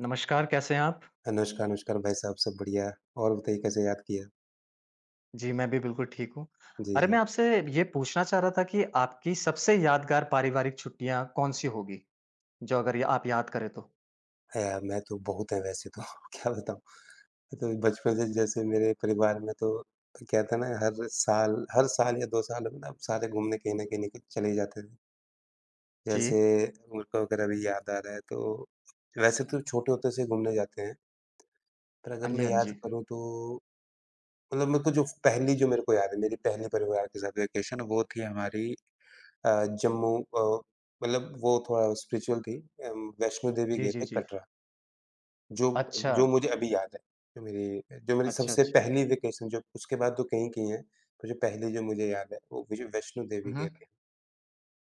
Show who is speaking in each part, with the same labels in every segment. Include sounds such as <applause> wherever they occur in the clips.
Speaker 1: नमस्कार, कैसे हैं आप?
Speaker 2: अनुष्का, अनुष्का और भाई साहब सब बढ़िया। और बताइए कैसे याद किया?
Speaker 1: जी, मैं भी बिल्कुल ठीक हूँ।
Speaker 2: जी,
Speaker 1: अरे, मैं
Speaker 2: जी।
Speaker 1: आपसे ये पूछना चाह रहा था कि आपकी सबसे यादगार पारिवारिक छुट्टियाँ कौन-सी होगी? जो अगर या आप याद करें तो?
Speaker 2: है यार मैं तो बहुत है वैसे तो <laughs> क्या बताऊँ? तो बचपन से जैसे मेरे परिवार में तो क्या था ना, हर साल या 2 साल में ना सारे घूमने कहीं न कहीं निकल चले जाते थे। जैसे
Speaker 1: जी।
Speaker 2: उनको अगर अभी याद आ रहा है तो वैसे तो छोटे होते से घूमने जाते हैं। पर
Speaker 1: हाँ
Speaker 2: अगर
Speaker 1: जी,
Speaker 2: मैं
Speaker 1: हाँ
Speaker 2: याद
Speaker 1: जी।
Speaker 2: करूँ तो मतलब मेरे को जो मेरे को याद है, मेरी पहली परिवार के साथ वैकेशन वो थी हमारी अ, जम्मू। मतलब वो थोड़ा स्पिरिचुअल थी। वैष्णो देवी
Speaker 1: जी,
Speaker 2: गए
Speaker 1: जी,
Speaker 2: थे
Speaker 1: जी।
Speaker 2: कटरा, जो
Speaker 1: अच्छा,
Speaker 2: जो मुझे अभी याद है। जो मेरी
Speaker 1: अच्छा,
Speaker 2: सबसे
Speaker 1: अच्छा।
Speaker 2: पहली वेकेशन, जो उसके बाद तो कहीं की है, पर जो पहली जो मुझे याद है, वो मुझे वैष्णो
Speaker 1: हुँ,
Speaker 2: देवी गए
Speaker 1: हुँ।
Speaker 2: थे।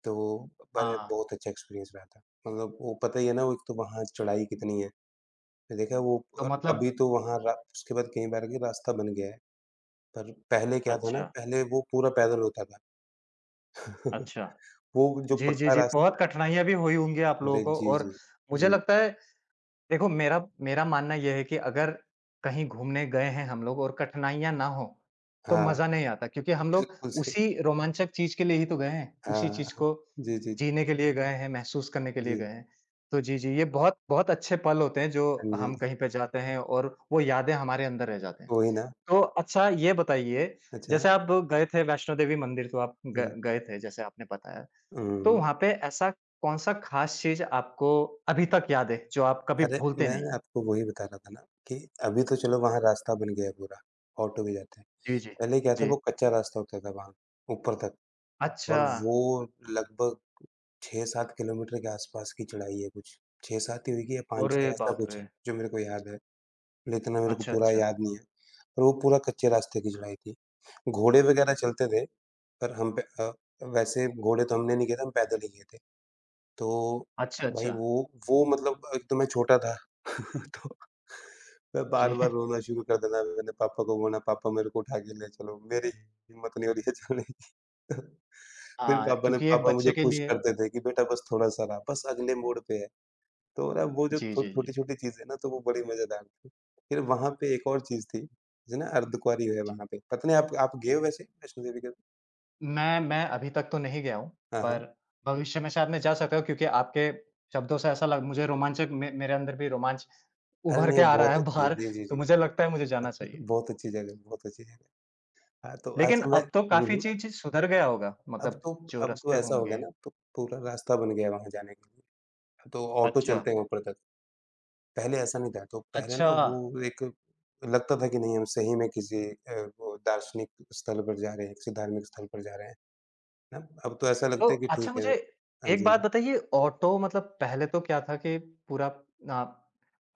Speaker 2: तो पर
Speaker 1: हाँ,
Speaker 2: बहुत अच्छा एक्सपीरियंस रहा था। मतलब वो पता ही है ना, वो एक तो वहाँ चढ़ाई कितनी है। मैं देखा वो,
Speaker 1: तो
Speaker 2: और
Speaker 1: मतलब
Speaker 2: अभी तो वहाँ रा उसके बाद कई बार के रास्ता बन गया है। पर पहले क्या था ना,
Speaker 1: अच्छा,
Speaker 2: पहले वो पूरा पैदल होता था। <laughs>
Speaker 1: अच्छा।
Speaker 2: वो जो
Speaker 1: जी, जी,
Speaker 2: पक्का
Speaker 1: जी, बहुत
Speaker 2: रास्ता।
Speaker 1: कठिनाइयाँ भी हुई होंगी आप लोगों
Speaker 2: अरे!
Speaker 1: को
Speaker 2: जी,
Speaker 1: और
Speaker 2: जी।
Speaker 1: मुझे
Speaker 2: जी।
Speaker 1: लगता है। देखो, मेरा मेरा मानना ये है कि अगर कहीं घूमने गए हैं हम लोग और कठिनाइयाँ ना हो, तो
Speaker 2: हाँ,
Speaker 1: मज़ा नहीं आता क्योंकि हम लोग
Speaker 2: बिल्कुल सही।
Speaker 1: उसी रोमांचक चीज़ के लिए ही तो गए हैं,
Speaker 2: हाँ,
Speaker 1: उसी चीज़
Speaker 2: हाँ।
Speaker 1: को
Speaker 2: जी, जी,
Speaker 1: जीने के लिए गए हैं, महसूस करने के लिए
Speaker 2: जी।
Speaker 1: गए हैं। तो जी, जी, ये बहुत बहुत अच्छे पल होते हैं जो
Speaker 2: हाँ जी,
Speaker 1: हम कहीं पे जाते हैं और वो यादें हमारे अंदर रह जाते हैं।
Speaker 2: वही ना।
Speaker 1: तो अच्छा ये बताइए,
Speaker 2: अच्छा।
Speaker 1: जैसे आप गए थे वैष्णो देवी मंदिर तो आप ग
Speaker 2: हुँ,
Speaker 1: गए थे जैसे आपने बताया। तो
Speaker 2: हुँ।
Speaker 1: वहाँ पे ऐसा कौन-सा ख़ास चीज़ आपको अभी तक याद है, जो आप कभी
Speaker 2: अरे,
Speaker 1: भूलते
Speaker 2: मैं
Speaker 1: नहीं?
Speaker 2: आपको वही बता रहा था ना कि अभी तो चलो वहाँ रास्ता बन गया है पूरा, ऑटो भी जाते हैं।
Speaker 1: जी, जी।
Speaker 2: पहले क्या था,
Speaker 1: जी।
Speaker 2: वो कच्चा रास्ता होता था वहाँ, ऊपर तक। और
Speaker 1: अच्छा!
Speaker 2: वो लगभग 6-7 किलोमीटर के आसपास की चढ़ाई है कुछ। 6-7 ही होगी या
Speaker 1: अरे
Speaker 2: 5-6, ऐसा
Speaker 1: बाप
Speaker 2: कुछ
Speaker 1: रे!
Speaker 2: है, जो मेरे को याद है। लेकिन ना मेरे को
Speaker 1: अच्छा,
Speaker 2: पूरा
Speaker 1: अच्छा।
Speaker 2: याद नहीं है। और वो पूरा कच्चे रास्ते की चढ़ाई थी। घोड़े वगैरह चलते थे, पर हम पे वैसे घोड़े तो हमने नहीं किए थे, हम पैदल ही गए थे। तो
Speaker 1: अच्छा,
Speaker 2: भाई
Speaker 1: अच्छा।
Speaker 2: वो मतलब एक तो मैं छोटा था, <laughs> तो मैं
Speaker 1: जी।
Speaker 2: बार-बार
Speaker 1: <laughs>
Speaker 2: रोना शुरू कर देना, मैंने पापा को बोलना, "पापा मेरे को उठा के ले चलो। मेरी हिम्मत नहीं हो रही है चलने की।" <laughs> फिर
Speaker 1: हाँ,
Speaker 2: पापा ने,
Speaker 1: क्योंकि एक
Speaker 2: पापा मुझे
Speaker 1: बच्चे के
Speaker 2: पुश
Speaker 1: लिए
Speaker 2: करते थे कि, "बेटा बस थोड़ा-सा रहा, बस अगले मोड़ पे है।" तो ना वो जो
Speaker 1: जी,
Speaker 2: छो
Speaker 1: जी, जी,
Speaker 2: छोटी-छोटी चीज़ें ना, तो वो बड़ी मज़ेदार थी। फिर वहाँ पे एक और चीज़ थी, जैसे ना अर्धकुँवारी है
Speaker 1: जी।
Speaker 2: वहाँ पे। पता नहीं आप गए हो वैसे वैष्णो देवी के।
Speaker 1: मैं अभी तक तो नहीं गया हूँ,
Speaker 2: हाँ, हाँ।
Speaker 1: पर भविष्य में शायद मैं जा सकता हूँ क्योंकि आपके शब्दों से ऐसा लग मुझे रोमांचक मे मेरे अंदर भी रोमांच
Speaker 2: अरे
Speaker 1: उभर के
Speaker 2: नहीं,
Speaker 1: आ रहा
Speaker 2: बहुत
Speaker 1: है
Speaker 2: अच्छी है।
Speaker 1: बाहर,
Speaker 2: जी, जी,
Speaker 1: तो
Speaker 2: जी।
Speaker 1: मुझे लगता है मुझे जाना चाहिए।
Speaker 2: <laughs> बहुत अच्छी जगह है, बहुत अच्छी जगह है। हाँ, तो आज
Speaker 1: लेकिन
Speaker 2: मैं
Speaker 1: अब तो
Speaker 2: हुँ,
Speaker 1: काफ़ी
Speaker 2: हुँ।
Speaker 1: चीज़ सुधर गया होगा,
Speaker 2: अब
Speaker 1: मतलब
Speaker 2: तो,
Speaker 1: जो
Speaker 2: अब
Speaker 1: रास्ते
Speaker 2: तो ऐसा हो गया
Speaker 1: होंगे।
Speaker 2: ना, अब तो पूरा रास्ता बन गया है वहाँ जाने के लिए। अब तो ऑटो
Speaker 1: अच्छा।
Speaker 2: चलते हैं ऊपर तक, पहले ऐसा नहीं था। तो पहले
Speaker 1: अच्छा!
Speaker 2: ना वो एक लगता था कि नहीं, हम सही में किसी वो दार्शनिक स्थल पर जा रहे हैं, किसी धार्मिक स्थल पर जा रहे हैं, है ना? अब तो ऐसा
Speaker 1: तो
Speaker 2: लगता है कि
Speaker 1: अच्छा
Speaker 2: ठीक है,
Speaker 1: मुझे
Speaker 2: हाँ
Speaker 1: एक
Speaker 2: जी, हाँ
Speaker 1: बात
Speaker 2: जी।
Speaker 1: बताइए ऑटो मतलब पहले तो क्या था कि पूरा ना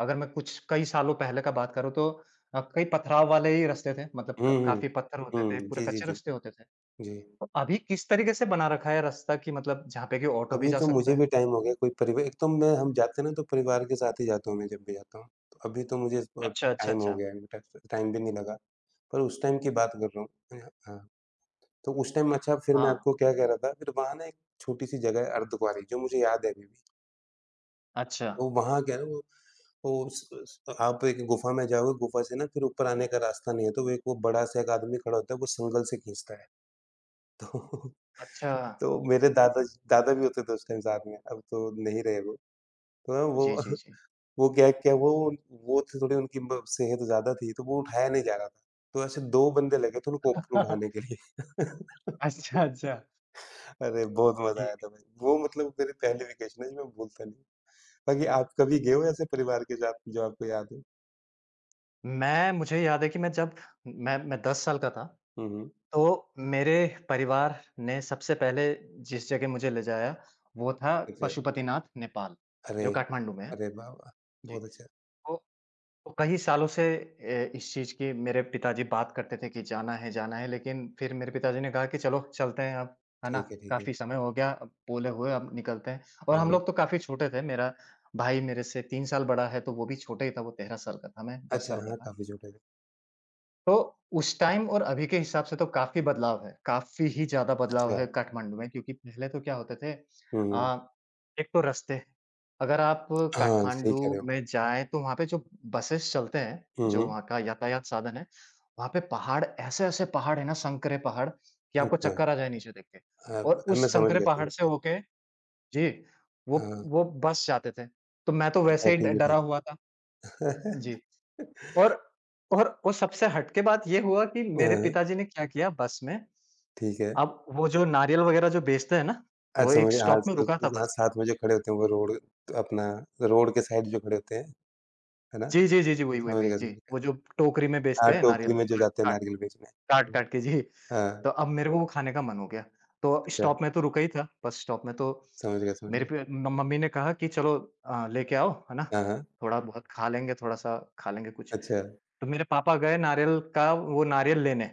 Speaker 1: अगर मैं कुछ कई सालों पहले का बात करूँ तो कई पथराव वाले ही रास्ते थे मतलब
Speaker 2: हुँ, हुँ।
Speaker 1: काफी पत्थर होते
Speaker 2: हुँ,
Speaker 1: थे पूरे
Speaker 2: जी, जी,
Speaker 1: कच्चे
Speaker 2: जी।
Speaker 1: रास्ते होते थे
Speaker 2: जी।
Speaker 1: तो अभी किस तरीके से बना रखा है रास्ता कि मतलब जहाँ पे कि ऑटो भी
Speaker 2: अभी
Speaker 1: जा
Speaker 2: तो
Speaker 1: सकता
Speaker 2: मुझे
Speaker 1: है।
Speaker 2: भी टाइम हो गया कोई परिवा, एक तो मैं, हम जाते हैं ना तो परिवार के साथ ही जाता हूँ, मैं जब भी जाता हूँ। तो अभी तो मुझे
Speaker 1: अच्छा अच्छा
Speaker 2: टाइम हो
Speaker 1: अच्छा।
Speaker 2: गया है, ट टाइम भी नहीं लगा। पर उस टाइम की बात कर रहा हूँ। हाँ, तो उस टाइम। अच्छा, फिर मैं
Speaker 1: हाँ।
Speaker 2: आपको क्या कह रहा था, फिर वहाँ ना एक छोटी-सी जगह है अर्धकुँवारी, जो मुझे याद है अभी भी।
Speaker 1: अच्छा
Speaker 2: तो वहाँ क्या है ना, वो उस आप एक गुफ़ा में जाओगे, गुफ़ा से ना फिर ऊपर आने का रास्ता नहीं है, तो वो एक वो बड़ा-सा एक आदमी खड़ा होता है, वो संगल से खींचता है। <laughs> तो
Speaker 1: अच्छा।
Speaker 2: तो मेरे दादा दादा भी होते थे उस टाइम साथ में, अब तो नहीं रहे वो। तो
Speaker 1: जी जी
Speaker 2: वो
Speaker 1: जी।
Speaker 2: वो क्या क्या, वो थी थोड़ी उनकी ब सेहत ज़्यादा थी, तो वो उठाया नहीं जा रहा था। तो ऐसे 2 बंदे लगे थे उनको ऊपर
Speaker 1: <laughs>
Speaker 2: उठाने के लिए। <laughs>
Speaker 1: अच्छा अच्छा।
Speaker 2: अरे! बहुत मज़ा
Speaker 1: जी।
Speaker 2: आया था भाई। वो मतलब मेरी पहली वेकेशन है, जो मैं भूलता नहीं। बाकी आप कभी गए हो ऐसे परिवार के साथ जो आपको याद हो?
Speaker 1: मैं मुझे याद है कि मैं जब मैं दस साल का था
Speaker 2: हुँ, हुँ।
Speaker 1: तो मेरे परिवार ने सबसे पहले जिस जगह मुझे ले जाया, वो था
Speaker 2: अच्छा।
Speaker 1: पशुपतिनाथ नेपाल,
Speaker 2: अरे!
Speaker 1: जो काठमांडू में है।
Speaker 2: अरे वाह, वाह!
Speaker 1: जी।
Speaker 2: बहुत अच्छा।
Speaker 1: तो तो कई सालों से इस चीज़ की मेरे पिताजी बात करते थे कि जाना है, लेकिन फिर मेरे पिताजी ने कहा कि चलो चलते हैं अब, है ना?
Speaker 2: ठीक है, ठीक है।
Speaker 1: काफ़ी समय हो गया अब बोले हुए, अब निकलते हैं। और हम
Speaker 2: हुँ।
Speaker 1: लोग तो काफ़ी छोटे थे, मेरा भाई मेरे से 3 साल बड़ा है, तो वो भी छोटा ही था, वो 13 साल का था, मैं 10
Speaker 2: अच्छा,
Speaker 1: साल का
Speaker 2: हाँ,
Speaker 1: था।
Speaker 2: काफ़ी छोटे थे।
Speaker 1: तो उस टाइम और अभी के हिसाब से तो काफ़ी बदलाव है, काफ़ी ही ज़्यादा बदलाव
Speaker 2: अच्छा।
Speaker 1: है काठमांडू में क्योंकि पहले तो क्या होते थे,
Speaker 2: हुँ, हुँ।
Speaker 1: अ, एक तो रास्ते, अगर आप
Speaker 2: हाँ, सही
Speaker 1: काठमांडू
Speaker 2: कह रहे हो।
Speaker 1: में जाएँ तो वहाँ पे जो बसेस चलते हैं,
Speaker 2: हुँ,
Speaker 1: जो
Speaker 2: हुँ।
Speaker 1: वहाँ का यातायात साधन है, वहाँ पे पहाड़ ऐसे-ऐसे पहाड़ है ना संकरे पहाड़ कि आपको
Speaker 2: अच्छा।
Speaker 1: चक्कर आ जाए नीचे देख के
Speaker 2: हाँ,
Speaker 1: और
Speaker 2: मैं
Speaker 1: उस
Speaker 2: समझ
Speaker 1: संकरे
Speaker 2: गया, समझ
Speaker 1: पहाड़ से
Speaker 2: गया।
Speaker 1: होके जी, वो
Speaker 2: हाँ,
Speaker 1: वो बस जाते थे। तो मैं तो
Speaker 2: अच्छा
Speaker 1: वैसे ही ड
Speaker 2: ठीक है,
Speaker 1: डरा
Speaker 2: ठीक
Speaker 1: हुआ था।
Speaker 2: है।
Speaker 1: जी।
Speaker 2: <laughs>
Speaker 1: और और सबसे हट के बात ये हुआ कि मेरे
Speaker 2: हाँ,
Speaker 1: पिताजी ने क्या किया बस में,
Speaker 2: ठीक है।
Speaker 1: अब वो जो नारियल वग़ैरह जो बेचते हैं ना,
Speaker 2: आज
Speaker 1: वो एक
Speaker 2: समझ, हाँ,
Speaker 1: स्टॉप में
Speaker 2: सब
Speaker 1: रुका था
Speaker 2: लोग, हाँ,
Speaker 1: बस।
Speaker 2: साथ में जो खड़े होते हैं वो रोड अपना रोड के साइड जो खड़े होते हैं, है ना?
Speaker 1: जी, जी, जी, जी, वही, वही,
Speaker 2: समझ
Speaker 1: वही,
Speaker 2: गया,
Speaker 1: जी।
Speaker 2: समझ गया।
Speaker 1: वो जो टोकरी में
Speaker 2: हाँ,
Speaker 1: बेचते हैं नारियल
Speaker 2: टोकरी में जो
Speaker 1: काट
Speaker 2: जाते हैं
Speaker 1: काट
Speaker 2: नारियल बेचने।
Speaker 1: काट
Speaker 2: हुँ,
Speaker 1: काट के जी।
Speaker 2: हाँ,
Speaker 1: तो अब मेरे को वो खाने का मन हो गया। तो
Speaker 2: अच्छा,
Speaker 1: स्टॉप में तो रुका ही था, बस स्टॉप में तो
Speaker 2: समझ गया, समझ
Speaker 1: मेरे
Speaker 2: गया।
Speaker 1: पे म मम्मी ने कहा कि चलो लेके आओ, है ना?
Speaker 2: हाँ, हाँ,
Speaker 1: थोड़ा बहुत खा लेंगे, थोड़ा-सा खा लेंगे कुछ।
Speaker 2: अच्छा,
Speaker 1: तो मेरे पापा गए नारियल का वो नारियल लेने।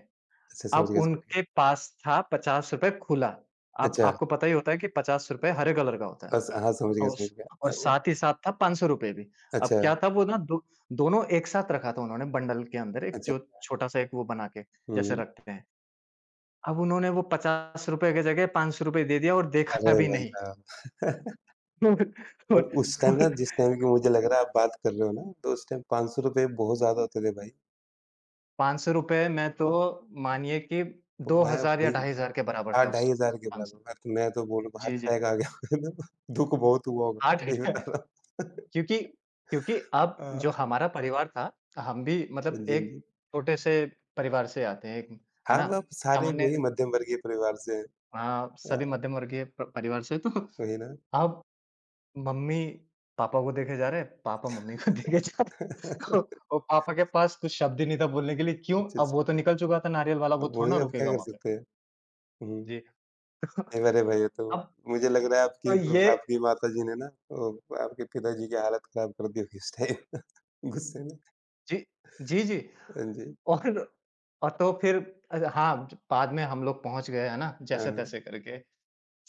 Speaker 2: अच्छा, समझ
Speaker 1: अब
Speaker 2: गया, समझ गया।
Speaker 1: उनके पास था ₹50 खुला। अब
Speaker 2: अच्छा,
Speaker 1: आपको पता ही होता है कि ₹50 हरे कलर का होता है।
Speaker 2: बस, हाँ, समझ गया,
Speaker 1: और
Speaker 2: समझ
Speaker 1: स
Speaker 2: गया।
Speaker 1: और
Speaker 2: अ, उ
Speaker 1: साथ ही साथ था ₹500 भी। अब
Speaker 2: अच्छा,
Speaker 1: क्या था वो ना दो दोनों एक साथ रखा था उन्होंने बंडल के अंदर एक
Speaker 2: अच्छा।
Speaker 1: जो छोटा-सा एक वो बना के जैसे
Speaker 2: हुँ,
Speaker 1: रखते हैं। अब उन्होंने वो ₹50 की जगह ₹500 दे दिया और देखा
Speaker 2: अरे
Speaker 1: भी
Speaker 2: भाई
Speaker 1: नहीं।
Speaker 2: साहब! <laughs>
Speaker 1: <laughs>
Speaker 2: और
Speaker 1: और
Speaker 2: उस टाइम ना,
Speaker 1: और
Speaker 2: जिस टाइम की मुझे लग रहा है आप बात कर रहे हो ना, तो उस टाइम ₹500 बहुत ज़्यादा होते थे भाई।
Speaker 1: ₹500 में तो मानिए कि
Speaker 2: तो मैं
Speaker 1: 2000 या
Speaker 2: वही,
Speaker 1: 2500 के बराबर
Speaker 2: हाँ,
Speaker 1: था उस टाइम।
Speaker 2: 2500 के बराबर,
Speaker 1: 500
Speaker 2: मैं तो बोलूँगा
Speaker 1: जी,
Speaker 2: हार्ट
Speaker 1: जी।
Speaker 2: अटैक आ गया <laughs> होगा। दुःख बहुत हुआ होगा,
Speaker 1: आठ
Speaker 2: सही बता
Speaker 1: <laughs>
Speaker 2: रहा हूँ। <laughs>
Speaker 1: क्योंकि क्योंकि अब
Speaker 2: हाँ,
Speaker 1: जो हमारा परिवार था, हम भी मतलब
Speaker 2: जी,
Speaker 1: एक
Speaker 2: जी।
Speaker 1: छोटे से परिवार से आते हैं, एक है
Speaker 2: हाँ,
Speaker 1: ना?
Speaker 2: वो आप सारे
Speaker 1: सामान्य
Speaker 2: वही मध्यम वर्गीय परिवार से हैं।
Speaker 1: हाँ, सभी
Speaker 2: हाँ,
Speaker 1: मध्यम वर्गीय प परिवार से तो
Speaker 2: वही ना?
Speaker 1: अब मम्मी-पापा को देखे जा रहे हैं, पापा मम्मी को <laughs> देखे जा रहे हैं।
Speaker 2: <laughs>
Speaker 1: और पापा के पास कुछ शब्द ही नहीं था बोलने के लिए, क्यों?
Speaker 2: अच्छा,
Speaker 1: अब वो तो
Speaker 2: अच्छा,
Speaker 1: निकल चुका था नारियल वाला, वो
Speaker 2: अब
Speaker 1: थोड़ा
Speaker 2: वही,
Speaker 1: ना
Speaker 2: अब क्या
Speaker 1: रुकेगा
Speaker 2: कर
Speaker 1: वहाँ पे।
Speaker 2: सकते हैं? हुँ,
Speaker 1: जी। <laughs>
Speaker 2: अरे भई! ये तो
Speaker 1: अब
Speaker 2: मुझे लग रहा है आपकी
Speaker 1: तो
Speaker 2: ब
Speaker 1: ये
Speaker 2: आपकी माताजी ने ना, ओ, आपके पिताजी की हालत खराब कर दी होगी उस टाइम <laughs> गुस्से में।
Speaker 1: जी, जी, जी।
Speaker 2: हाँ जी,
Speaker 1: और और तो फिर हाँ, बाद में हम लोग पहुँच गए, है ना?
Speaker 2: हाँ, हाँ,
Speaker 1: जैसे-तैसे करके।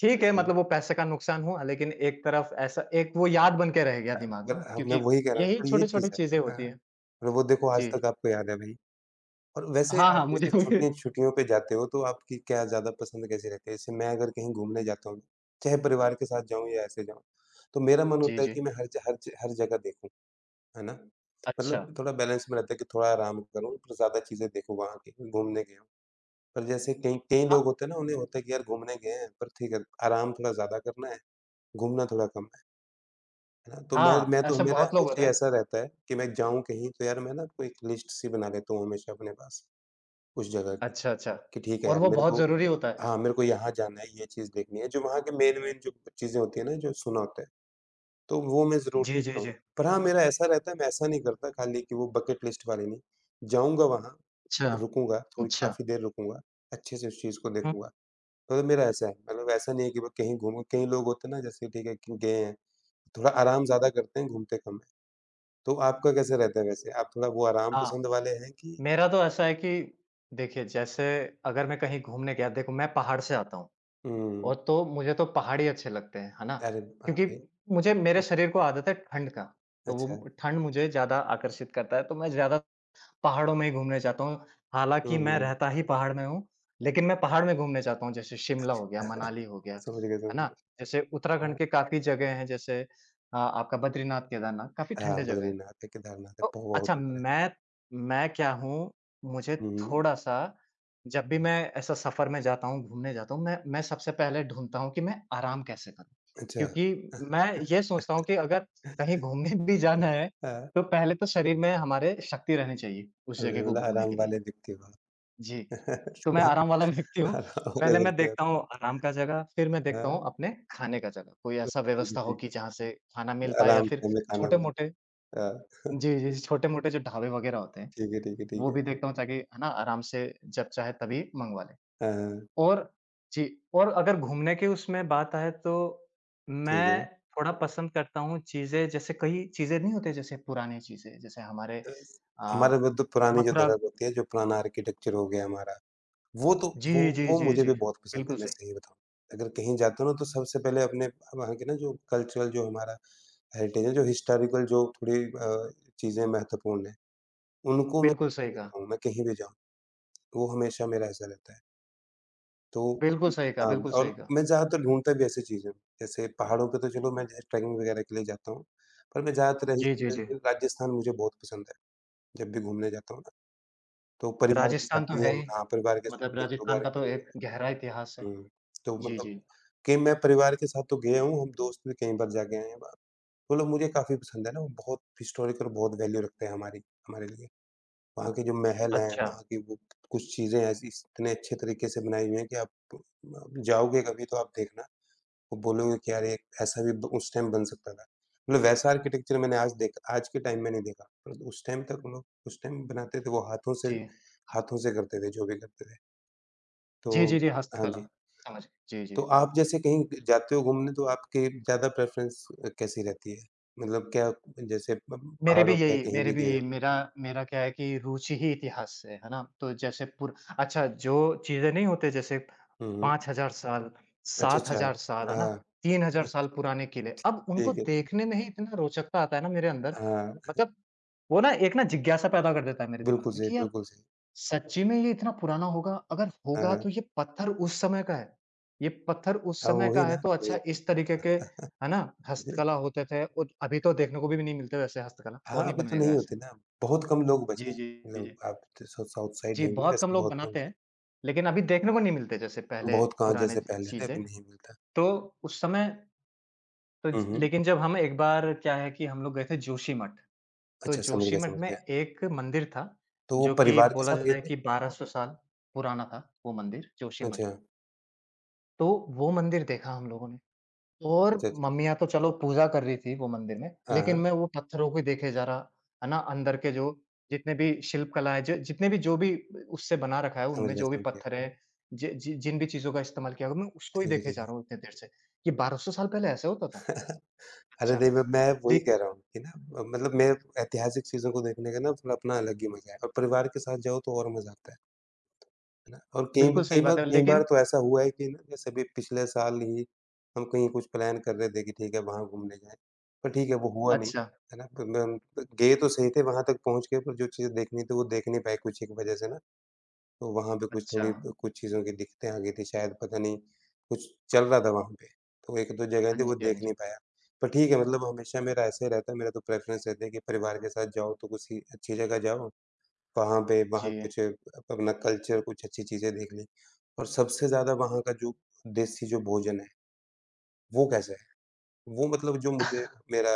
Speaker 1: ठीक है,
Speaker 2: अच्छा।
Speaker 1: मतलब वो पैसे का नुकसान हुआ, लेकिन एक तरफ ऐसा एक वो याद बन के रह गया
Speaker 2: हाँ,
Speaker 1: दिमाग
Speaker 2: पर
Speaker 1: में ना,
Speaker 2: हाँ, मैं
Speaker 1: क्योंकि
Speaker 2: वही कह रहा हूँ,
Speaker 1: यही
Speaker 2: पर ये
Speaker 1: छोटी-छोटी
Speaker 2: चीज़ है।
Speaker 1: चीज़ें होती
Speaker 2: हाँ,
Speaker 1: हैं।
Speaker 2: और वो देखो, आज
Speaker 1: जी।
Speaker 2: तक आपको याद है भई। और वैसे
Speaker 1: हाँ,
Speaker 2: आप
Speaker 1: हाँ, मुझे
Speaker 2: जैसे
Speaker 1: मुझे
Speaker 2: छुट्टियाँ, छुट्टियों पे जाते हो तो आपकी क्या ज़्यादा पसंद कैसी रहती है? जैसे मैं अगर कहीं घूमने जाता हूँ, चाहे परिवार के साथ जाऊँ या ऐसे जाऊँ, तो मेरा मन
Speaker 1: जी,
Speaker 2: होता है
Speaker 1: जी।
Speaker 2: कि मैं हर ज हर ज हर जगह देखूँ, है ना?
Speaker 1: अच्छा।
Speaker 2: मतलब थोड़ा बैलेंस में रहता है कि थोड़ा आराम करूँ, पर ज़्यादा चीज़ें देखूँ वहाँ की, घूमने गया हूँ। पर जैसे कई कई
Speaker 1: अ,
Speaker 2: लोग होते हैं ना, उन्हें होता है कि यार घूमने गए हैं, पर ठीक है, आराम थोड़ा ज़्यादा करना है, घूमना थोड़ा कम है ना? तो मैं
Speaker 1: हाँ,
Speaker 2: मैं तो
Speaker 1: ऐसे
Speaker 2: मेरा
Speaker 1: बहुत लोग
Speaker 2: हमेशा
Speaker 1: होते
Speaker 2: ही
Speaker 1: हैं।
Speaker 2: ऐसा रहता है कि मैं जाऊँ कहीं तो यार मैं ना कोई एक लिस्ट सी बना लेता हूँ हमेशा अपने पास, उस जगह की।
Speaker 1: अच्छा, अच्छा।
Speaker 2: कि ठीक है
Speaker 1: और
Speaker 2: यार,
Speaker 1: वो
Speaker 2: मेरे
Speaker 1: बहुत
Speaker 2: को,
Speaker 1: ज़रूरी होता है।
Speaker 2: हाँ, मेरे को यहाँ जाना है, ये चीज़ देखनी है, जो वहाँ के मेन-मेन जो चीज़ें होती हैं ना, जो सुना होता है, तो वो मैं ज़रूर
Speaker 1: जी, जी,
Speaker 2: देखता
Speaker 1: जी।
Speaker 2: हूँ। पर हाँ, मेरा ऐसा रहता है, मैं ऐसा नहीं करता खाली, कि वो बकेट लिस्ट वाली नहीं, जाऊँगा वहाँ,
Speaker 1: अच्छा,
Speaker 2: रुकूँगा, थोड़ी
Speaker 1: अच्छा।
Speaker 2: काफ़ी देर रुकूँगा, अच्छे से उस चीज़ को
Speaker 1: हुँ।
Speaker 2: देखूँगा। मतलब मेरा ऐसा है, मतलब ऐसा नहीं है कि मैं कहीं घूमूँ, कई लोग होते हैं ना जैसे ठीक है कि गए हैं, थोड़ा आराम ज़्यादा करते हैं, घूमते कम हैं। तो आपका कैसा रहता है वैसे? आप थोड़ा वो आराम
Speaker 1: हाँ।
Speaker 2: पसंद वाले हैं कि
Speaker 1: मेरा तो ऐसा है कि देखिए, जैसे अगर मैं कहीं घूमने गया देखो मैं पहाड़ से आता हूँ।
Speaker 2: उम,
Speaker 1: और तो मुझे तो पहाड़ ही अच्छे लगते हैं, है ना?
Speaker 2: अरे! हाँ
Speaker 1: क्योंकि
Speaker 2: भाई।
Speaker 1: मुझे मेरे शरीर को आदत है ठंड का, तो
Speaker 2: अच्छा।
Speaker 1: वो ठंड मुझे ज़्यादा आकर्षित करता है, तो मैं ज़्यादा पहाड़ों में ही घूमने जाता हूँ।
Speaker 2: हुँ,
Speaker 1: हालाँकि मैं
Speaker 2: हुँ।
Speaker 1: रहता ही पहाड़ में हूँ, लेकिन मैं पहाड़ में घूमने जाता हूँ, जैसे शिमला हो गया, मनाली हो गया, है
Speaker 2: समझ गए, समझ
Speaker 1: ना?
Speaker 2: गए।
Speaker 1: जैसे उत्तराखंड
Speaker 2: हाँ,
Speaker 1: के काफ़ी जगह हैं, जैसे आपका बद्रीनाथ, केदारनाथ, काफ़ी
Speaker 2: हाँ,
Speaker 1: ठंडे जगह हैं।
Speaker 2: बद्रीनाथ है, केदारनाथ है,
Speaker 1: तो
Speaker 2: प
Speaker 1: अच्छा
Speaker 2: बहुत ऊपर है।
Speaker 1: मैं क्या हूँ, मुझे
Speaker 2: हुँ,
Speaker 1: थोड़ा-सा जब भी मैं ऐसा सफ़र में जाता हूँ, घूमने जाता हूँ, मैं सबसे पहले ढूँढता हूँ कि मैं आराम कैसे करूँ?
Speaker 2: अच्छा।
Speaker 1: क्योंकि मैं
Speaker 2: <laughs>
Speaker 1: ये सोचता हूँ कि अगर कहीं घूमने भी जाना है,
Speaker 2: हाँ,
Speaker 1: तो पहले तो शरीर में हमारे शक्ति रहनी चाहिए, उस
Speaker 2: अरे
Speaker 1: जगह को
Speaker 2: मतलब
Speaker 1: घूमने
Speaker 2: आराम
Speaker 1: के लिए।
Speaker 2: वाले व्यक्ति हो
Speaker 1: जी,
Speaker 2: आप।
Speaker 1: तो मैं आराम वाला <laughs> व्यक्ति हूँ।
Speaker 2: <laughs> आराम वाले
Speaker 1: पहले मैं
Speaker 2: व्यक्ति हो आप।
Speaker 1: देखता हूँ आराम का जगह, फिर मैं देखता हूँ
Speaker 2: हाँ,
Speaker 1: अपने खाने का जगह। कोई ऐसा
Speaker 2: ठीक है,
Speaker 1: व्यवस्था हो
Speaker 2: ठीक
Speaker 1: कि जहाँ से खाना
Speaker 2: है।
Speaker 1: मिल पाए या
Speaker 2: आराम
Speaker 1: फिर
Speaker 2: से हमें खाना मिल
Speaker 1: छोटे-मोटे
Speaker 2: जाए। हाँ,
Speaker 1: जी, जी, जी, छोटे-मोटे जो ढाबे वगैरह होते हैं,
Speaker 2: ठीक है, ठीक है, ठीक
Speaker 1: वो
Speaker 2: है।
Speaker 1: भी देखता हूँ ताकि है ना आराम से जब चाहे तभी मँगवा लें।
Speaker 2: हाँ, हाँ,
Speaker 1: और जी, और अगर घूमने की उसमें बात आए तो
Speaker 2: ठीक है।
Speaker 1: मैं थोड़ा पसंद करता हूँ चीज़ें जैसे कई चीज़ें नहीं होती जैसे पुरानी चीज़ें, जैसे हमारे
Speaker 2: तो
Speaker 1: अ,
Speaker 2: हमारे, वो तो पुरानी जो
Speaker 1: मथुरा
Speaker 2: धरहर होती है, जो पुराना आर्किटेक्चर हो गया हमारा। वो तो वो
Speaker 1: जी, जी,
Speaker 2: वो
Speaker 1: जी,
Speaker 2: मुझे
Speaker 1: जी,
Speaker 2: भी बहुत पसंद
Speaker 1: बिल्कुल
Speaker 2: है, मैं
Speaker 1: सही,
Speaker 2: सही बताऊँ। अगर कहीं जाता हूँ ना तो सबसे पहले अपने वहाँ के ना जो कल्चरल जो हमारा हेरिटेज है, जो हिस्टोरिकल जो थोड़ी चीज़ें महत्वपूर्ण हैं, उनको मैं
Speaker 1: बिल्कुल सही कहा,
Speaker 2: देखता हूँ, मैं कहीं भी जाऊँ, वो हमेशा मेरा ऐसा रहता है। तो
Speaker 1: बिल्कुल सही कहा,
Speaker 2: हाँ,
Speaker 1: बिल्कुल सही
Speaker 2: और
Speaker 1: कहा।
Speaker 2: मैं ज़्यादातर ढूँढता भी ऐसी चीज़ें हूँ, जैसे पहाड़ों पे तो चलो मैं जैसे ट्रैकिंग वगैरह के लिए जाता हूँ, पर मैं ज़्यादातर
Speaker 1: जी,
Speaker 2: ऐसी
Speaker 1: जी, जी,
Speaker 2: जैसे राजस्थान मुझे बहुत पसंद है, जब भी घूमने जाता हूँ ना, तो परिवार के साथ
Speaker 1: राजस्थान तो
Speaker 2: भी
Speaker 1: है
Speaker 2: हम,
Speaker 1: ही,
Speaker 2: हाँ, परिवार के साथ
Speaker 1: मतलब
Speaker 2: भी 1-2
Speaker 1: राजस्थान
Speaker 2: बार
Speaker 1: का तो
Speaker 2: गए हुए
Speaker 1: एक
Speaker 2: हैं।
Speaker 1: गहरा इतिहास है।
Speaker 2: हुँ, तो
Speaker 1: जी,
Speaker 2: मतलब
Speaker 1: जी।
Speaker 2: कि मैं परिवार के साथ तो गया हूँ, हम दोस्त भी कई बार जाके आए हैं वहाँ। मतलब मुझे काफ़ी पसंद है ना, वो बहुत हिस्टोरिकल, बहुत वैल्यू रखते हैं हमारी, हमारे लिए। वहाँ के जो महल हैं,
Speaker 1: अच्छा,
Speaker 2: वहाँ की वो कुछ चीज़ें ऐसी इतने अच्छे तरीके से बनाई हुई हैं कि आप जाओगे कभी तो आप देखना, वो बोलोगे कि अरे! ऐसा भी ब उस टाइम बन सकता था। मतलब वैसा आर्किटेक्चर मैंने आज देखा, आज के टाइम में नहीं देखा। पर उस टाइम तक वो लोग उस टाइम बनाते थे, वो हाथों से
Speaker 1: जी।
Speaker 2: हाथों से करते थे, जो भी करते थे। तो
Speaker 1: जी, जी, जी,
Speaker 2: हाँ
Speaker 1: हस्तकला,
Speaker 2: जी।
Speaker 1: समझ गए, जी, जी।
Speaker 2: तो आप जैसे कहीं जाते हो घूमने तो आपकी ज़्यादा प्रेफ़रेंस कैसी रहती है? मतलब क्या जैसे प
Speaker 1: मेरे भी
Speaker 2: पहाड़ों पे या
Speaker 1: यही
Speaker 2: कहीं
Speaker 1: मेरे
Speaker 2: भी
Speaker 1: भी
Speaker 2: गए
Speaker 1: यही
Speaker 2: हो?
Speaker 1: मेरा मेरा क्या है कि रुचि ही इतिहास से है ना? तो जैसे पुर अच्छा जो चीज़ें नहीं होते जैसे
Speaker 2: हुँ, हुँ।
Speaker 1: 5000 साल,
Speaker 2: अच्छा, अच्छा।
Speaker 1: 7000 साल, है
Speaker 2: हाँ,
Speaker 1: ना?
Speaker 2: <laughs>
Speaker 1: 3000
Speaker 2: हाँ,
Speaker 1: साल पुराने किले, अब उनको
Speaker 2: ठीक है।
Speaker 1: देखने में ही इतना रोचकता आता है ना मेरे अंदर,
Speaker 2: हाँ,
Speaker 1: मतलब वो ना एक ना जिज्ञासा पैदा कर देता है मेरे दिमाग
Speaker 2: बिल्कुल
Speaker 1: में
Speaker 2: सही,
Speaker 1: कि यार
Speaker 2: बिल्कुल सही।
Speaker 1: सच्ची में ये इतना पुराना होगा? अगर
Speaker 2: हाँ,
Speaker 1: होगा
Speaker 2: हाँ।
Speaker 1: तो ये पत्थर उस समय का है। ये पत्थर उस
Speaker 2: हाँ,
Speaker 1: समय का
Speaker 2: वही
Speaker 1: है
Speaker 2: ना,
Speaker 1: तो अच्छा
Speaker 2: वही।
Speaker 1: इस तरीके के है ना? हस्तकला
Speaker 2: <laughs>
Speaker 1: होते थे और अभी तो देखने को भी नहीं मिलते वैसे हस्तकला,
Speaker 2: हाँ,
Speaker 1: कौन ही
Speaker 2: अभी तो
Speaker 1: बनाएगा
Speaker 2: नहीं
Speaker 1: ऐसे?
Speaker 2: होते ना, बहुत कम लोग बचे
Speaker 1: जी,
Speaker 2: हैं।
Speaker 1: जी,
Speaker 2: मतलब
Speaker 1: जी।
Speaker 2: आप तो साउथ साइड
Speaker 1: जी,
Speaker 2: होंगे,
Speaker 1: बहुत कम
Speaker 2: वैसे
Speaker 1: लोग
Speaker 2: बहुत कम
Speaker 1: बनाते
Speaker 2: लोग
Speaker 1: हैं, लेकिन अभी देखने को नहीं मिलते जैसे पहले
Speaker 2: बहुत कहाँ
Speaker 1: पुराने
Speaker 2: जैसे
Speaker 1: च
Speaker 2: पहले थे,
Speaker 1: चीज़ें।
Speaker 2: अभी नहीं मिलता।
Speaker 1: तो उस समय तो
Speaker 2: हुँ,
Speaker 1: ज
Speaker 2: हुँ।
Speaker 1: लेकिन जब हम एक बार क्या है कि हम लोग गए थे जोशीमठ, तो
Speaker 2: अच्छा, समझ गया,
Speaker 1: जोशीमठ
Speaker 2: समझ
Speaker 1: में
Speaker 2: गया।
Speaker 1: एक मंदिर था,
Speaker 2: तो वो
Speaker 1: जो कि
Speaker 2: परिवार के
Speaker 1: बोला
Speaker 2: साथ गए
Speaker 1: जाए
Speaker 2: थे?
Speaker 1: कि 1200 साल पुराना था वो मंदिर जोशीमठ
Speaker 2: अच्छा।
Speaker 1: में। तो वो मंदिर देखा हम लोगों ने। हुँ। और
Speaker 2: अच्छा, अच्छा।
Speaker 1: मम्मियाँ तो चलो पूजा कर रही थी वो मंदिर में,
Speaker 2: हाँ,
Speaker 1: लेकिन
Speaker 2: हाँ।
Speaker 1: मैं वो पत्थरों को देखे जा रहा, है ना? अंदर के जो जितने भी शिल्प कला है, ज जितने भी जो भी उससे बना रखा है,
Speaker 2: समझ
Speaker 1: उनमें
Speaker 2: गया,
Speaker 1: जो भी
Speaker 2: समझ गया।
Speaker 1: पत्थर है, ज जि जिन भी चीज़ों का इस्तेमाल किया गया, मैं उसको ही
Speaker 2: ठीक है,
Speaker 1: देखे
Speaker 2: ठीक
Speaker 1: जा
Speaker 2: है।
Speaker 1: रहा हूँ इतने देर से। ये 1200 साल पहले ऐसे होता था?
Speaker 2: अरे
Speaker 1: अच्छा,
Speaker 2: नहीं, मैं
Speaker 1: ले
Speaker 2: वही कह रहा हूँ कि ना मतलब मैं ऐतिहासिक चीज़ों को देखने का ना थोड़ा अपना अलग ही मज़ा है और परिवार के साथ जाओ तो और मज़ा आता है ना? और
Speaker 1: बिल्कुल सही बात है,
Speaker 2: कई बार
Speaker 1: लेकिन
Speaker 2: तो ऐसा हुआ है कि ना जैसे अभी पिछले साल ही हम कहीं कुछ प्लान कर रहे थे कि ठीक है वहाँ घूमने जाएँ, पर ठीक है वो हुआ नहीं,
Speaker 1: अच्छा,
Speaker 2: है ना? तो मैं हम गए तो सही थे वहाँ तक पहुँच के पर जो चीज़ें देखनी थी वो देख नहीं पाए कुछ एक वजह से ना। तो वहाँ पे कुछ
Speaker 1: अच्छा।
Speaker 2: थोड़ी कुछ चीज़ों की दिक्कतें आ गई थी शायद पता नहीं, कुछ चल रहा था वहाँ पे, तो 1-2 जगह थी
Speaker 1: हाँ
Speaker 2: वो
Speaker 1: जी, हाँ
Speaker 2: देख
Speaker 1: जी।
Speaker 2: नहीं पाया। पर ठीक है मतलब हमेशा मेरा ऐसे ही रहता है, मेरा तो प्रेफ़रेंस रहता है कि परिवार के साथ जाओ तो किसी अच्छी जगह जाओ, वहाँ
Speaker 1: जी।
Speaker 2: कुछ अप अपना कल्चर कुछ अच्छी चीज़ें देख ली। और सबसे ज़्यादा वहाँ का जो देसी जो भोजन है, वो कैसा है? वो मतलब जो मुझे मेरा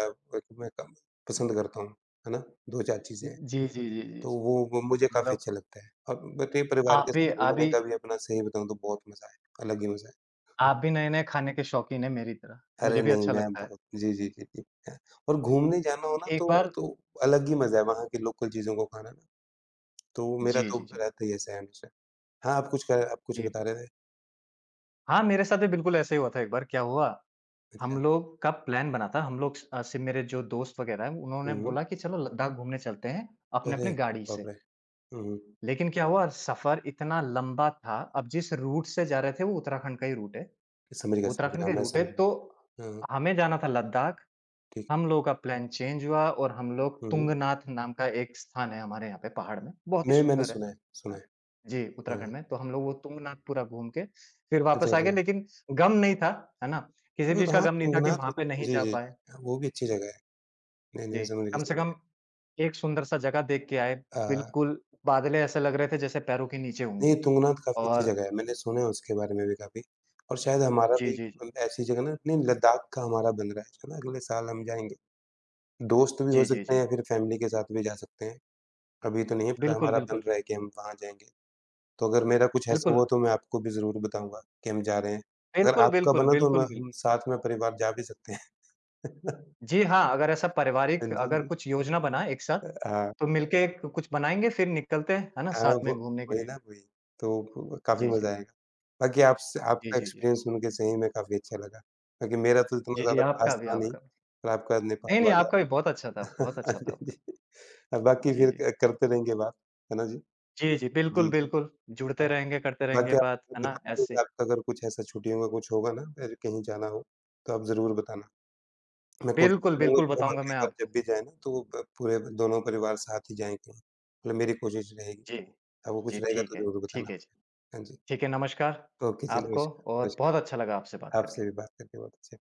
Speaker 2: मैं कम पसंद करता हूँ, है ना? 2-4 चीज़ें हैं।
Speaker 1: जी, जी, जी, जी,
Speaker 2: तो
Speaker 1: जी।
Speaker 2: वो मुझे काफ़ी
Speaker 1: मतलब
Speaker 2: अच्छा लगता है। अब बताइए परिवार
Speaker 1: आप
Speaker 2: के
Speaker 1: भी
Speaker 2: साथ
Speaker 1: आप भी
Speaker 2: घूमने का भी अपना सही बताऊँ तो बहुत मज़ा है, अलग ही मज़ा है।
Speaker 1: आप भी नए-नए खाने के शौकीन हैं मेरी तरह। मुझे
Speaker 2: अरे
Speaker 1: भी
Speaker 2: नहीं,
Speaker 1: अच्छा
Speaker 2: मैं
Speaker 1: लगता है।
Speaker 2: बहुत जी, जी, जी, जी। अ, और घूमने जाना हो ना
Speaker 1: एक
Speaker 2: तो
Speaker 1: बार
Speaker 2: तो अलग ही मज़ा है वहाँ की लोकल चीज़ों को खाना ना, तो मेरा
Speaker 1: जी,
Speaker 2: तो
Speaker 1: जी, जी,
Speaker 2: रहता ही ऐसा है हमेशा। हाँ, आप कुछ
Speaker 1: जी।
Speaker 2: बता रहे थे?
Speaker 1: हाँ, मेरे साथ भी बिल्कुल ऐसे ही हुआ था एक बार, क्या हुआ, हम
Speaker 2: अच्छा।
Speaker 1: लोग का प्लान बना था, हम लोग से मेरे जो दोस्त वगैरह हैं, उन्होंने
Speaker 2: हुँ, हुँ।
Speaker 1: बोला कि चलो लद्दाख घूमने चलते हैं,
Speaker 2: अरे
Speaker 1: अपने-अपने गाड़ी
Speaker 2: बाप
Speaker 1: से।
Speaker 2: रे! हुँ, हुँ।
Speaker 1: लेकिन क्या हुआ, सफ़र इतना लंबा था, अब जिस रूट से जा रहे थे, वो उत्तराखंड का ही रूट है।
Speaker 2: समझ गया, मैं समझ
Speaker 1: तो
Speaker 2: गया। हाँ, हाँ,
Speaker 1: हमें जाना था लद्दाख,
Speaker 2: ठीक है।
Speaker 1: हम लोगों का प्लान चेंज हुआ और हम लोग
Speaker 2: हुँ, हुँ।
Speaker 1: तुंगनाथ नाम का एक स्थान है हमारे यहाँ पे पहाड़ में, बहुत ही
Speaker 2: मैंने
Speaker 1: सुंदर है।
Speaker 2: सुना
Speaker 1: हाँ,
Speaker 2: है।
Speaker 1: जी, उत्तराखंड
Speaker 2: हाँ,
Speaker 1: में, तो हम लोग वो तुंगनाथ पूरा घूम के फिर
Speaker 2: अच्छा,
Speaker 1: वापस आ गए
Speaker 2: अच्छा।
Speaker 1: लेकिन गम नहीं था, है ना? किसी भी
Speaker 2: वो
Speaker 1: चीज़ का
Speaker 2: हाँ,
Speaker 1: गम नहीं था कि
Speaker 2: तुंगनाथ
Speaker 1: वहाँ पे नहीं
Speaker 2: जी,
Speaker 1: जा
Speaker 2: जी।
Speaker 1: पाए।
Speaker 2: हाँ, वो भी अच्छी जगह है। नहीं,
Speaker 1: जी,
Speaker 2: नहीं, समझ गया,
Speaker 1: कम से
Speaker 2: समझ
Speaker 1: कम
Speaker 2: गया।
Speaker 1: एक सुंदर सा जगह देख के आए,
Speaker 2: अ,
Speaker 1: बिल्कुल बादलें ऐसे लग रहे थे जैसे पैरों के नीचे होंगी
Speaker 2: नहीं तुंगनाथ काफ़ी अच्छी
Speaker 1: और
Speaker 2: जगह है, मैंने सुना है उसके बारे में भी काफ़ी और शायद हमारा
Speaker 1: जी,
Speaker 2: भी
Speaker 1: जी, जी।
Speaker 2: ऐसी जगह ना नहीं लद्दाख का हमारा बन रहा है ना? अगले साल हम जाएँगे। दोस्त भी हो
Speaker 1: जी, जी,
Speaker 2: सकते हैं
Speaker 1: जी।
Speaker 2: या फिर फैमिली के साथ भी जा सकते हैं। अभी तो नहीं है, पर
Speaker 1: बिल्कुल,
Speaker 2: हमारा बन
Speaker 1: बिल्कुल,
Speaker 2: रहा है कि हम वहाँ जाएँगे। तो अगर मेरा कुछ ऐसा
Speaker 1: बिल्कुल,
Speaker 2: हुआ तो मैं आपको भी ज़रूर बताऊँगा कि हम जा रहे हैं। अगर
Speaker 1: बिल्कुल,
Speaker 2: आपका
Speaker 1: बिल्कुल,
Speaker 2: बना तो
Speaker 1: बिल्कुल,
Speaker 2: मैं
Speaker 1: बिल
Speaker 2: हम साथ में परिवार जा भी सकते हैं। <laughs>
Speaker 1: जी हाँ, अगर ऐसा
Speaker 2: हाँ
Speaker 1: पारिवारिक
Speaker 2: जी, हाँ
Speaker 1: अगर
Speaker 2: जी।
Speaker 1: कुछ योजना बनाएँ एक साथ,
Speaker 2: हाँ।
Speaker 1: तो मिलके कुछ बनाएँगे फिर निकलते हैं, है ना?
Speaker 2: हाँ,
Speaker 1: साथ
Speaker 2: वो
Speaker 1: में घूमने के
Speaker 2: वही
Speaker 1: लिए।
Speaker 2: ना, वही। तो ब काफ़ी
Speaker 1: जी,
Speaker 2: मज़ा
Speaker 1: जी।
Speaker 2: आएगा। बाकी आपसे
Speaker 1: जी,
Speaker 2: आपका
Speaker 1: जी, जी।
Speaker 2: एक्सपीरियंस सुन के सही में काफ़ी अच्छा लगा। क्योंकि मेरा तो इतना
Speaker 1: जी, जी,
Speaker 2: ज़्यादा
Speaker 1: आपका
Speaker 2: खास
Speaker 1: भी,
Speaker 2: था नहीं,
Speaker 1: आपका भी।
Speaker 2: पर आपका नेपाल
Speaker 1: नहीं, नहीं,
Speaker 2: वाला
Speaker 1: आपका भी बहुत
Speaker 2: <laughs>
Speaker 1: अच्छा था
Speaker 2: जी,
Speaker 1: आपका।
Speaker 2: जी। बाकी
Speaker 1: जी,
Speaker 2: फिर
Speaker 1: जी।
Speaker 2: क करते रहेंगे बात, है ना जी?
Speaker 1: जी, जी, बिल्कुल,
Speaker 2: जी, जी।
Speaker 1: बिल्कुल, जुड़ते
Speaker 2: हाँ,
Speaker 1: रहेंगे, करते रहेंगे
Speaker 2: बाकी
Speaker 1: बात,
Speaker 2: आप
Speaker 1: है ना?
Speaker 2: बताइएगा
Speaker 1: ऐसे
Speaker 2: आपका अगर कुछ ऐसा छुट्टियों का कुछ होगा ना अगर कहीं जाना हो, तो आप ज़रूर बताना। मैं कोशिश
Speaker 1: बिल्कुल,
Speaker 2: करूँगा
Speaker 1: बिल्कुल
Speaker 2: कि हम
Speaker 1: बताऊँगा
Speaker 2: अगली
Speaker 1: मैं
Speaker 2: बार
Speaker 1: आपको।
Speaker 2: जब भी जाएँ ना तो प पूरे दोनों परिवार साथ ही जाएँ कहीं। मतलब मेरी कोशिश रहेगी।
Speaker 1: जी,
Speaker 2: आपको
Speaker 1: जी,
Speaker 2: कुछ रहेगा तो ज़रूर
Speaker 1: ठीक
Speaker 2: बताना।
Speaker 1: है जी।
Speaker 2: हाँ जी।
Speaker 1: ठीक है, नमस्कार
Speaker 2: ओके जी,
Speaker 1: आपको
Speaker 2: नमस्कार,
Speaker 1: और बहुत
Speaker 2: नमस्कार।
Speaker 1: अच्छा लगा आपसे बात
Speaker 2: आपसे
Speaker 1: करके।
Speaker 2: भी बात करके बहुत अच्छा